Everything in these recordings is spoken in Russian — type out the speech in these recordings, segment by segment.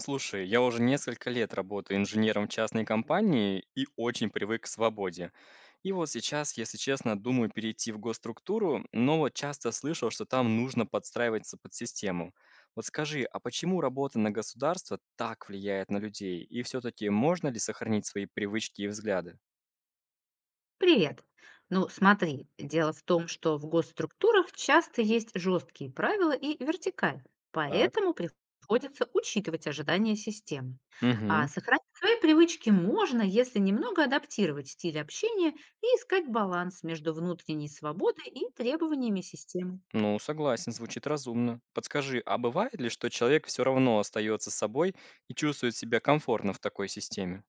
Слушай, я уже несколько лет работаю инженером в частной компании и очень привык к свободе. И вот сейчас, если честно, думаю перейти в госструктуру, но вот часто слышал, что там нужно подстраиваться под систему. Вот скажи, а почему работа на государство так влияет на людей? И все-таки можно ли сохранить свои привычки и взгляды? Привет. Ну, смотри, дело в том, что в госструктурах часто есть жесткие правила и вертикаль, Так. поэтому приходится учитывать ожидания системы. А Угу. сохранить свои привычки можно, если немного адаптировать стиль общения и искать баланс между внутренней свободой и требованиями системы. Ну, согласен, звучит разумно. Подскажи, а бывает ли, что человек все равно остается собой и чувствует себя комфортно в такой системе?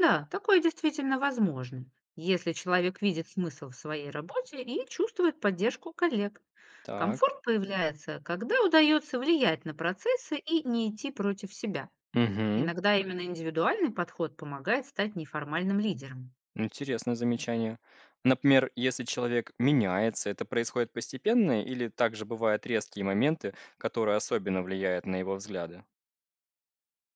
Да, такое действительно возможно, если человек видит смысл в своей работе и чувствует поддержку коллег. Так. Комфорт появляется, когда удается влиять на процессы и не идти против себя. Мгм. Иногда именно индивидуальный подход помогает стать неформальным лидером. Интересное замечание. Например, если человек меняется, это происходит постепенно или также бывают резкие моменты, которые особенно влияют на его взгляды?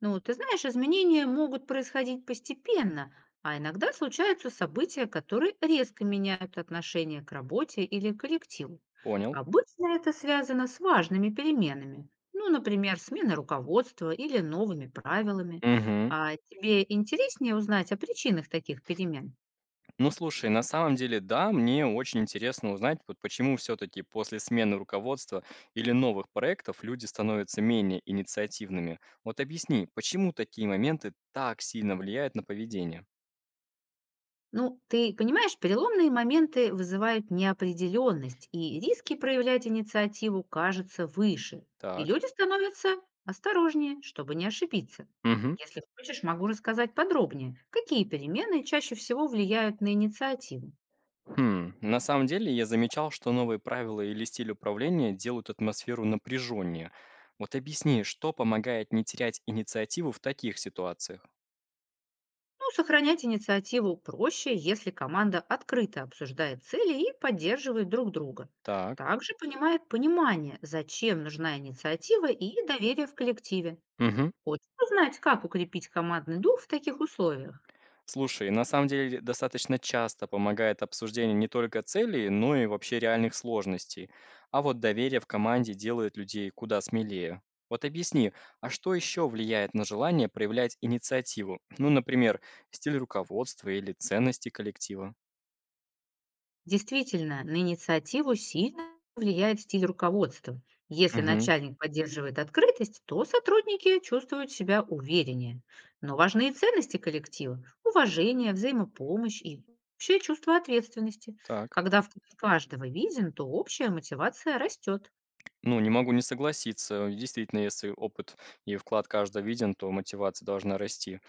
Ну, ты знаешь, изменения могут происходить постепенно, а иногда случаются события, которые резко меняют отношение к работе или коллективу. Понял. Обычно это связано с важными переменами, ну, например, сменой руководства или новыми правилами. Мгм. А тебе интереснее узнать о причинах таких перемен? Ну слушай, на самом деле, да, мне очень интересно узнать, вот почему все-таки после смены руководства или новых проектов люди становятся менее инициативными. Вот объясни, почему такие моменты так сильно влияют на поведение? Ну, ты понимаешь, переломные моменты вызывают неопределенность, и риски проявлять инициативу кажутся выше, и Так. люди становятся осторожнее, чтобы не ошибиться. Мгм. Если хочешь, могу рассказать подробнее, какие перемены чаще всего влияют на инициативу. Хм, на самом деле я замечал, что новые правила или стиль управления делают атмосферу напряженнее. Вот объясни, что помогает не терять инициативу в таких ситуациях? Ну, сохранять инициативу проще, если команда открыто обсуждает цели и поддерживает друг друга. Так. Также понимает понимание, зачем нужна инициатива и доверие в коллективе. Мгм. Хочется знать, как укрепить командный дух в таких условиях? Слушай, на самом деле достаточно часто помогает обсуждение не только целей, но и вообще реальных сложностей. А вот доверие в команде делает людей куда смелее. Вот объясни, а что еще влияет на желание проявлять инициативу? Ну, например, стиль руководства или ценности коллектива. Действительно, на инициативу сильно влияет стиль руководства. Если Угу, начальник поддерживает открытость, то сотрудники чувствуют себя увереннее. Но важны и ценности коллектива– уважение, взаимопомощь и общее чувство ответственности. так. Когда вклад каждого виден, то общая мотивация растет. Ну, не могу не согласиться. Действительно, если опыт и вклад каждого виден, то мотивация должна расти.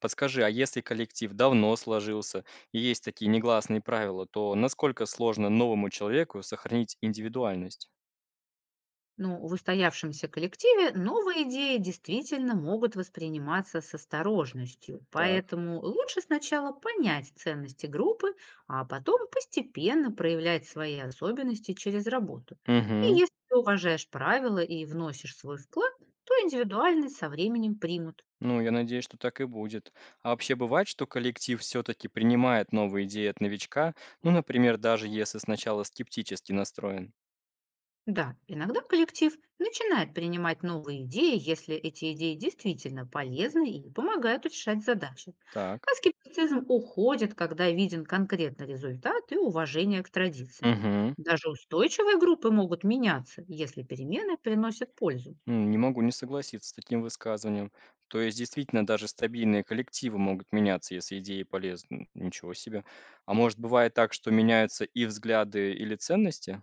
Подскажи, а если коллектив давно сложился и есть такие негласные правила, то насколько сложно новому человеку сохранить индивидуальность? Ну, в устоявшемся коллективе новые идеи действительно могут восприниматься с осторожностью, Так. поэтому лучше сначала понять ценности группы, а потом постепенно проявлять свои особенности через работу. И Угу. если ты уважаешь правила и вносишь свой вклад, то индивидуальность со временем примут. Ну, я надеюсь, что так и будет. А вообще бывает, что коллектив все-таки принимает новые идеи от новичка, ну, например, даже если сначала скептически настроен. Да, иногда коллектив начинает принимать новые идеи, если эти идеи действительно полезны и помогают решать задачи. Так. А скептицизм уходит, когда виден конкретный результат и уважение к традициям. Угу. Даже устойчивые группы могут меняться, если перемены приносят пользу. М, не могу не согласиться с таким высказыванием. То есть действительно даже стабильные коллективы могут меняться, если идеи полезны. Ничего себе. А может бывает так, что меняются и взгляды, или ценности?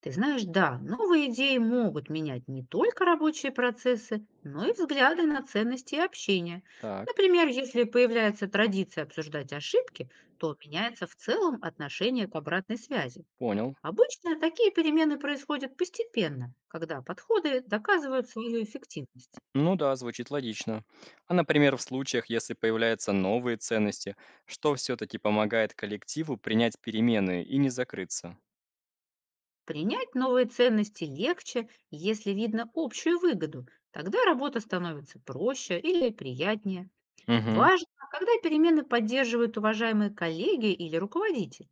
Ты знаешь, да, новые идеи могут менять не только рабочие процессы, но и взгляды на ценности и общение. Так, Например, если появляется традиция обсуждать ошибки, то меняется в целом отношение к обратной связи. понял. Обычно такие перемены происходят постепенно, когда подходы доказывают свою эффективность. Ну да, звучит логично. А, например, в случаях, если появляются новые ценности, что все-таки помогает коллективу принять перемены и не закрыться? Принять новые ценности легче, если видно общую выгоду. Тогда работа становится проще или приятнее. Угу. Важно, когда перемены поддерживают уважаемые коллеги или руководитель.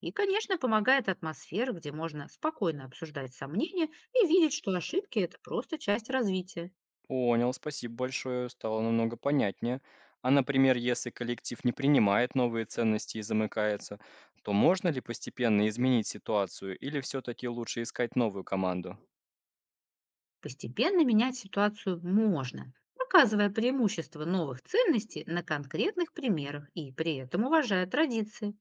И, конечно, помогает атмосфера, где можно спокойно обсуждать сомнения и видеть, что ошибки– это просто часть развития. Понял, спасибо большое, стало намного понятнее. А, например, если коллектив не принимает новые ценности и замыкается, то можно ли постепенно изменить ситуацию или все-таки лучше искать новую команду? Постепенно менять ситуацию можно, показывая преимущество новых ценностей на конкретных примерах и при этом уважая традиции.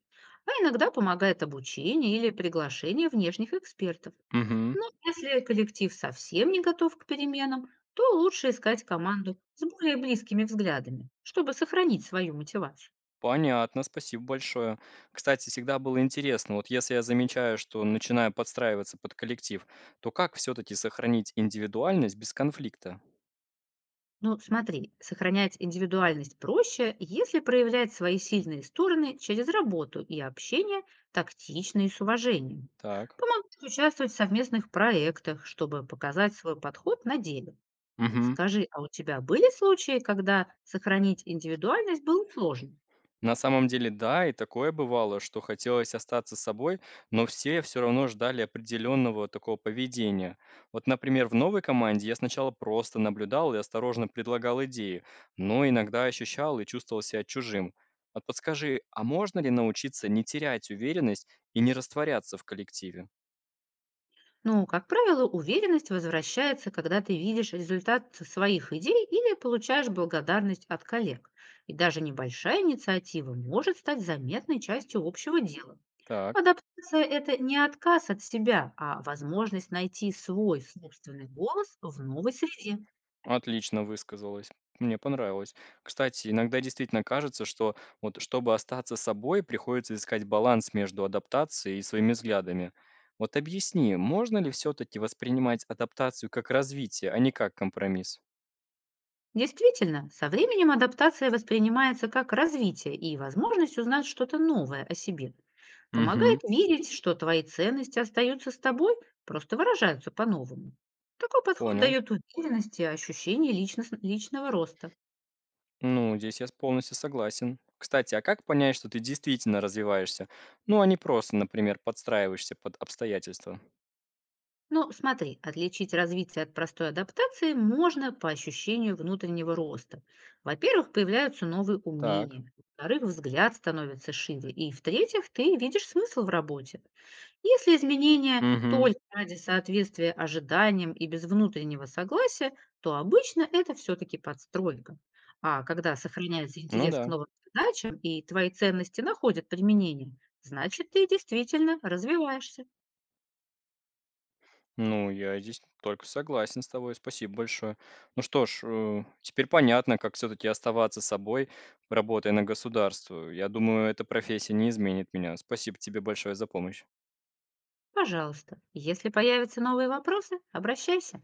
А иногда помогает обучение или приглашение внешних экспертов. Угу. Но если коллектив совсем не готов к переменам, то лучше искать команду с более близкими взглядами, чтобы сохранить свою мотивацию. Понятно, спасибо большое. Кстати, всегда было интересно, вот если я замечаю, что начинаю подстраиваться под коллектив, то как все-таки сохранить индивидуальность без конфликта? Ну, смотри, сохранять индивидуальность проще, если проявлять свои сильные стороны через работу и общение тактично и с уважением. Так. Помогать участвовать в совместных проектах, чтобы показать свой подход на деле. Угу. Скажи, а у тебя были случаи, когда сохранить индивидуальность было сложно? На самом деле, да, и такое бывало, что хотелось остаться собой, но все равно ждали определенного такого поведения. Вот, например, в новой команде я сначала просто наблюдал и осторожно предлагал идеи, но иногда ощущал и чувствовал себя чужим. Вот подскажи, а можно ли научиться не терять уверенность и не растворяться в коллективе? Ну, как правило, уверенность возвращается, когда ты видишь результат своих идей или получаешь благодарность от коллег. И даже небольшая инициатива может стать заметной частью общего дела. Так. Адаптация– это не отказ от себя, а возможность найти свой собственный голос в новой среде. Отлично высказалась. Мне понравилось. Кстати, иногда действительно кажется, что вот чтобы остаться собой, приходится искать баланс между адаптацией и своими взглядами. Вот объясни, можно ли все-таки воспринимать адаптацию как развитие, а не как компромисс? Действительно, со временем адаптация воспринимается как развитие и возможность узнать что-то новое о себе. Мгм. Помогает верить, что твои ценности остаются с тобой, просто выражаются по-новому. Такой подход Понял. дает уверенность и ощущение личного роста. Ну, здесь я полностью согласен. Кстати, а как понять, что ты действительно развиваешься? Ну, а не просто, например, подстраиваешься под обстоятельства. Но смотри, отличить развитие от простой адаптации можно по ощущению внутреннего роста. Во-первых, появляются новые Так, умения. Во-вторых, взгляд становится шире. И в-третьих, ты видишь смысл в работе. Если изменения угу. только ради соответствия ожиданиям и без внутреннего согласия, то обычно это все-таки подстройка. А когда сохраняется Ну интерес к да. новым задачам и твои ценности находят применение, значит, ты действительно развиваешься. Ну, я здесь только согласен с тобой. Спасибо большое. Ну что ж, теперь понятно, как все-таки оставаться собой, работая на государство. Я думаю, эта профессия не изменит меня. Спасибо тебе большое за помощь. Пожалуйста, если появятся новые вопросы, обращайся.